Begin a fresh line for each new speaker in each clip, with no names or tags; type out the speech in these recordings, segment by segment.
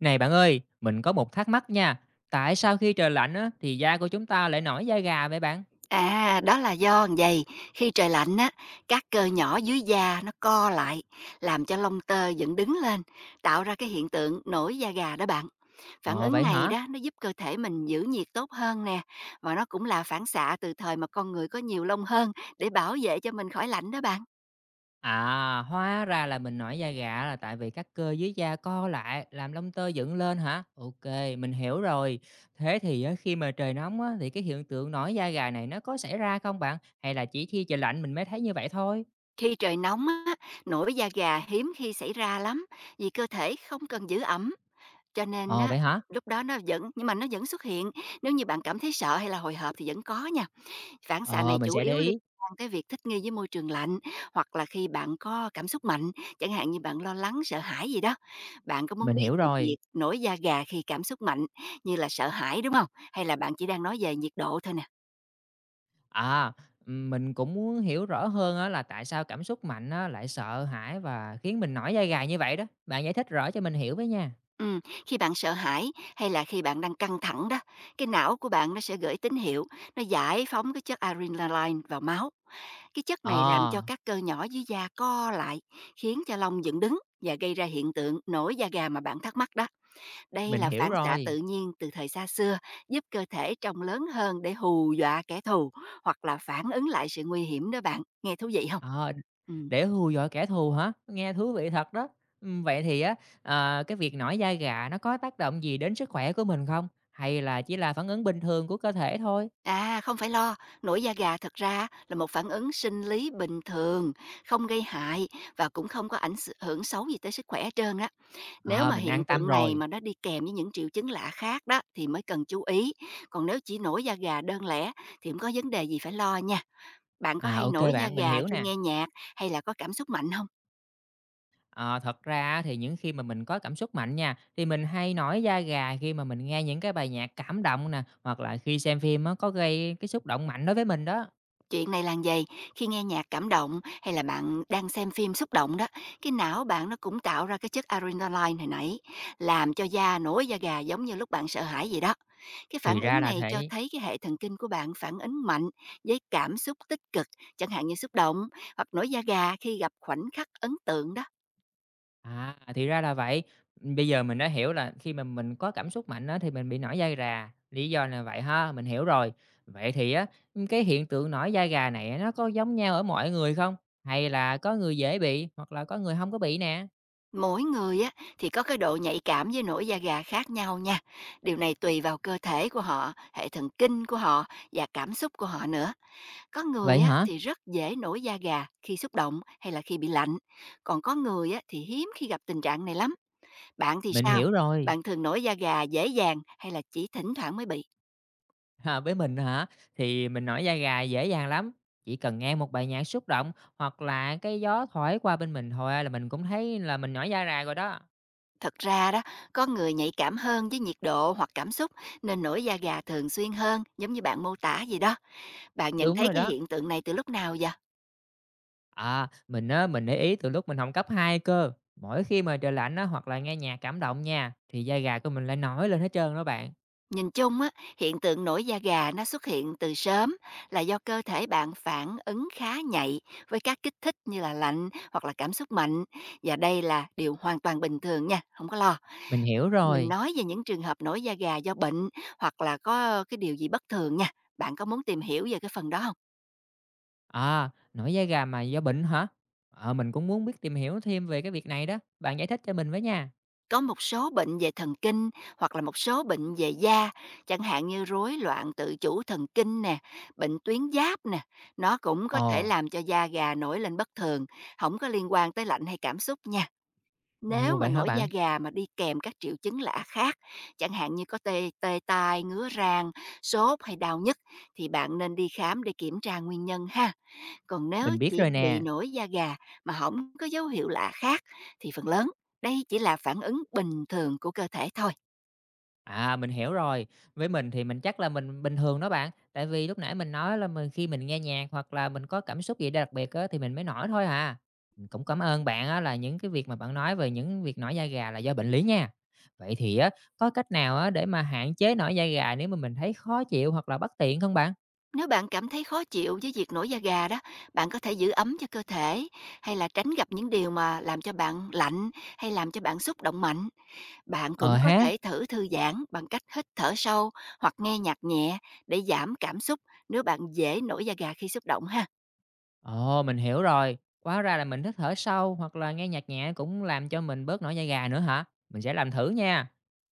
Này bạn ơi, mình có một thắc mắc nha. Tại sao khi trời lạnh á, thì da của chúng ta lại nổi da gà vậy bạn?
À, đó là do vầy, khi trời lạnh á, các cơ nhỏ dưới da nó co lại, làm cho lông tơ dựng đứng lên, tạo ra cái hiện tượng nổi da gà đó bạn. Phản
Ờ
ứng
vậy
này
hả?
đó, nó giúp cơ thể mình giữ nhiệt tốt hơn nè, và nó cũng là phản xạ từ thời mà con người có nhiều lông hơn để bảo vệ cho mình khỏi lạnh đó bạn.
À, hóa ra là mình nổi da gà là tại vì các cơ dưới da co lại, làm lông tơ dựng lên hả? Ok, mình hiểu rồi. Thế thì á, khi mà trời nóng á, thì cái hiện tượng nổi da gà này nó có xảy ra không bạn? Hay là chỉ khi trời lạnh mình mới thấy như vậy thôi?
Khi trời nóng á, nổi da gà hiếm khi xảy ra lắm, vì cơ thể không cần giữ ẩm, cho nên
Ờ
á,
vậy hả?
lúc đó nó vẫn nhưng mà nó vẫn xuất hiện, nếu như bạn cảm thấy sợ hay là hồi hộp thì vẫn có nha. Phản xạ
Ờ,
này
mình
chủ
sẽ
yếu
để
liên
ý.
quan tới việc thích nghi với môi trường lạnh, hoặc là khi bạn có cảm xúc mạnh, chẳng hạn như bạn lo lắng, sợ hãi gì đó. Bạn có muốn
Mình
biết
hiểu
về
rồi.
việc nổi da gà khi cảm xúc mạnh như là sợ hãi đúng không? Hay là bạn chỉ đang nói về nhiệt độ thôi nè?
À, mình cũng muốn hiểu rõ hơn á là tại sao cảm xúc mạnh á lại sợ hãi và khiến mình nổi da gà như vậy đó. Bạn giải thích rõ cho mình hiểu với nha.
Ừ, khi bạn sợ hãi hay là khi bạn đang căng thẳng đó, cái não của bạn nó sẽ gửi tín hiệu, nó giải phóng cái chất adrenaline vào máu. Cái chất này làm cho
Ờ,
các cơ nhỏ dưới da co lại, khiến cho lông dựng đứng và gây ra hiện tượng nổi da gà mà bạn thắc mắc đó. Đây
mình
là
hiểu
phản xạ
rồi.
tự nhiên từ thời xa xưa, giúp cơ thể trông lớn hơn để hù dọa kẻ thù, hoặc là phản ứng lại sự nguy hiểm đó bạn. Nghe thú vị không?
Ờ,
Ừm.
để hù dọa kẻ thù hả? Nghe thú vị thật đó. Vậy thì á, ờ, cái việc nổi da gà nó có tác động gì đến sức khỏe của mình không? Hay là chỉ là phản ứng bình thường của cơ thể thôi?
À, không phải lo, nổi da gà thật ra là một phản ứng sinh lý bình thường, không gây hại và cũng không có ảnh hưởng xấu gì tới sức khỏe hết trơn á. Nếu
Ờ,
mà
mình
hiện
an tâm
tượng này
rồi.
mà nó đi kèm với những triệu chứng lạ khác đó thì mới cần chú ý. Còn nếu chỉ nổi da gà đơn lẻ thì không có vấn đề gì phải lo nha. Bạn có
À,
hay
ok
nổi da
bạn, mình
gà
hiểu
khi
nè.
nghe nhạc hay là có cảm xúc mạnh không?
Ờ, thật ra á thì những khi mà mình có cảm xúc mạnh nha, thì mình hay nổi da gà khi mà mình nghe những cái bài nhạc cảm động nè, hoặc là khi xem phim á, có gây cái xúc động mạnh đối với mình đó.
Chuyện này là vầy, khi nghe nhạc cảm động hay là bạn đang xem phim xúc động đó, cái não bạn nó cũng tạo ra cái chất adrenaline hồi nãy, làm cho da nổi da gà giống như lúc bạn sợ hãi vậy đó. Cái
Thì
phản
ra
ứng
là
này cho
thế
thấy cái hệ thần kinh của bạn phản ứng mạnh với cảm xúc tích cực, chẳng hạn như xúc động hoặc nổi da gà khi gặp khoảnh khắc ấn tượng đó.
à, thì ra là vậy. Bây giờ mình đã hiểu là khi mà mình có cảm xúc mạnh á, thì mình bị nổi da gà, lý do là vậy ha, mình hiểu rồi. Vậy thì á, cái hiện tượng nổi da gà này á, nó có giống nhau ở mọi người không? Hay là có người dễ bị, hoặc là có người không có bị nè?
Mỗi người á thì có cái độ nhạy cảm với nổi da gà khác nhau nha. Điều này tùy vào cơ thể của họ, hệ thần kinh của họ và cảm xúc của họ nữa. Có
Vậy
người á
hả?
thì rất dễ nổi da gà khi xúc động hay là khi bị lạnh, còn có người á thì hiếm khi gặp tình trạng này lắm. Bạn thì
Mình
sao?
hiểu rồi.
Bạn thường nổi da gà dễ dàng hay là chỉ thỉnh thoảng mới bị?
À, với mình hả? Thì mình nổi da gà dễ dàng lắm, chỉ cần nghe một bài nhạc xúc động hoặc là cái gió thổi qua bên mình thôi là mình cũng thấy là mình nổi da gà rồi đó.
Thật ra đó, có người nhạy cảm hơn với nhiệt độ hoặc cảm xúc nên nổi da gà thường xuyên hơn, giống như bạn mô tả gì đó. Bạn nhận
Đúng
thấy
rồi
cái
đó.
hiện tượng này từ lúc nào vậy?
À, mình để ý từ lúc mình học cấp 2 cơ, mỗi khi mà trời lạnh á hoặc là nghe nhạc cảm động nha, thì da gà của mình lại nổi lên hết trơn đó bạn.
Nhìn chung á, hiện tượng nổi da gà nó xuất hiện từ sớm là do cơ thể bạn phản ứng khá nhạy với các kích thích như là lạnh hoặc là cảm xúc mạnh, và đây là điều hoàn toàn bình thường nha, không có lo.
Mình hiểu
Mình
rồi.
nói về những trường hợp nổi da gà do bệnh, hoặc là có cái điều gì bất thường nha. Bạn có muốn tìm hiểu về cái phần đó không?
À, nổi da gà mà do bệnh hả? Ờ, mình cũng muốn biết tìm hiểu thêm về cái việc này đó, bạn giải thích cho mình với nha.
Có một số bệnh về thần kinh hoặc là một số bệnh về da, chẳng hạn như rối loạn tự chủ thần kinh nè, bệnh tuyến giáp nè, nó cũng có thể
Ồ,
làm cho da gà nổi lên bất thường, không có liên quan tới lạnh hay cảm xúc nha. Nếu
ồ
mà
vậy hả
nổi da
bạn?
gà mà đi kèm các triệu chứng lạ khác, chẳng hạn như có tê tê tai, ngứa rang, sốt hay đau nhức thì bạn nên đi khám để kiểm tra nguyên nhân ha. Còn nếu
Mình biết
chỉ
rồi
bị
nè.
nổi da gà mà không có dấu hiệu lạ khác thì phần lớn đây chỉ là phản ứng bình thường của cơ thể thôi.
À, mình hiểu rồi. Với mình thì mình chắc là mình bình thường đó bạn, tại vì lúc nãy mình nói là khi mình nghe nhạc hoặc là mình có cảm xúc gì đặc biệt á thì mình mới nổi thôi à. Mình cũng cảm ơn bạn á là những cái việc mà bạn nói về những việc nổi da gà là do bệnh lý nha. Vậy thì á, có cách nào á để mà hạn chế nổi da gà nếu mà mình thấy khó chịu hoặc là bất tiện không bạn?
Nếu bạn cảm thấy khó chịu với việc nổi da gà đó, bạn có thể giữ ấm cho cơ thể hay là tránh gặp những điều mà làm cho bạn lạnh hay làm cho bạn xúc động mạnh. Bạn
Ờ
cũng có
ha.
thể thử thư giãn bằng cách hít thở sâu hoặc nghe nhạc nhẹ để giảm cảm xúc nếu bạn dễ nổi da gà khi xúc động ha.
Ồ, mình hiểu rồi. Hóa ra là mình thích thở sâu hoặc là nghe nhạc nhẹ cũng làm cho mình bớt nổi da gà nữa hả? Mình sẽ làm thử nha.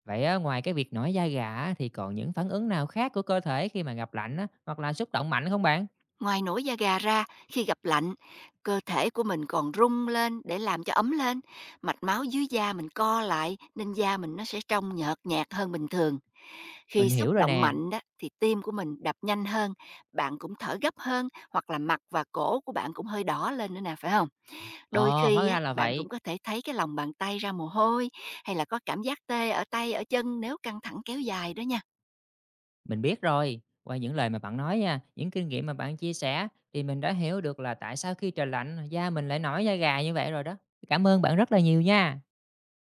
Vậy á, ngoài cái việc nổi da gà á, thì còn những phản ứng nào khác của cơ thể khi mà gặp lạnh á, hoặc là xúc động mạnh không bạn?
Ngoài nổi da gà ra, khi gặp lạnh, cơ thể của mình còn rung lên để làm cho ấm lên, mạch máu dưới da mình co lại nên da mình nó sẽ trong nhợt nhạt hơn bình thường.
Mình
Khi xúc
hiểu rồi
động
nè.
mạnh đó thì tim của mình đập nhanh hơn, bạn cũng thở gấp hơn hoặc là mặt và cổ của bạn cũng hơi đỏ lên nữa nè, phải không? Đôi
Ồ, hóa
khi á
ra là
bạn
vậy.
cũng có thể thấy cái lòng bàn tay ra mồ hôi hay là có cảm giác tê ở tay ở chân nếu căng thẳng kéo dài đó nha.
Mình biết rồi. Qua những lời mà bạn nói nha, những kinh nghiệm mà bạn chia sẻ thì mình đã hiểu được là tại sao khi trời lạnh da mình lại nổi da gà như vậy rồi đó. Cảm ơn bạn rất là nhiều nha.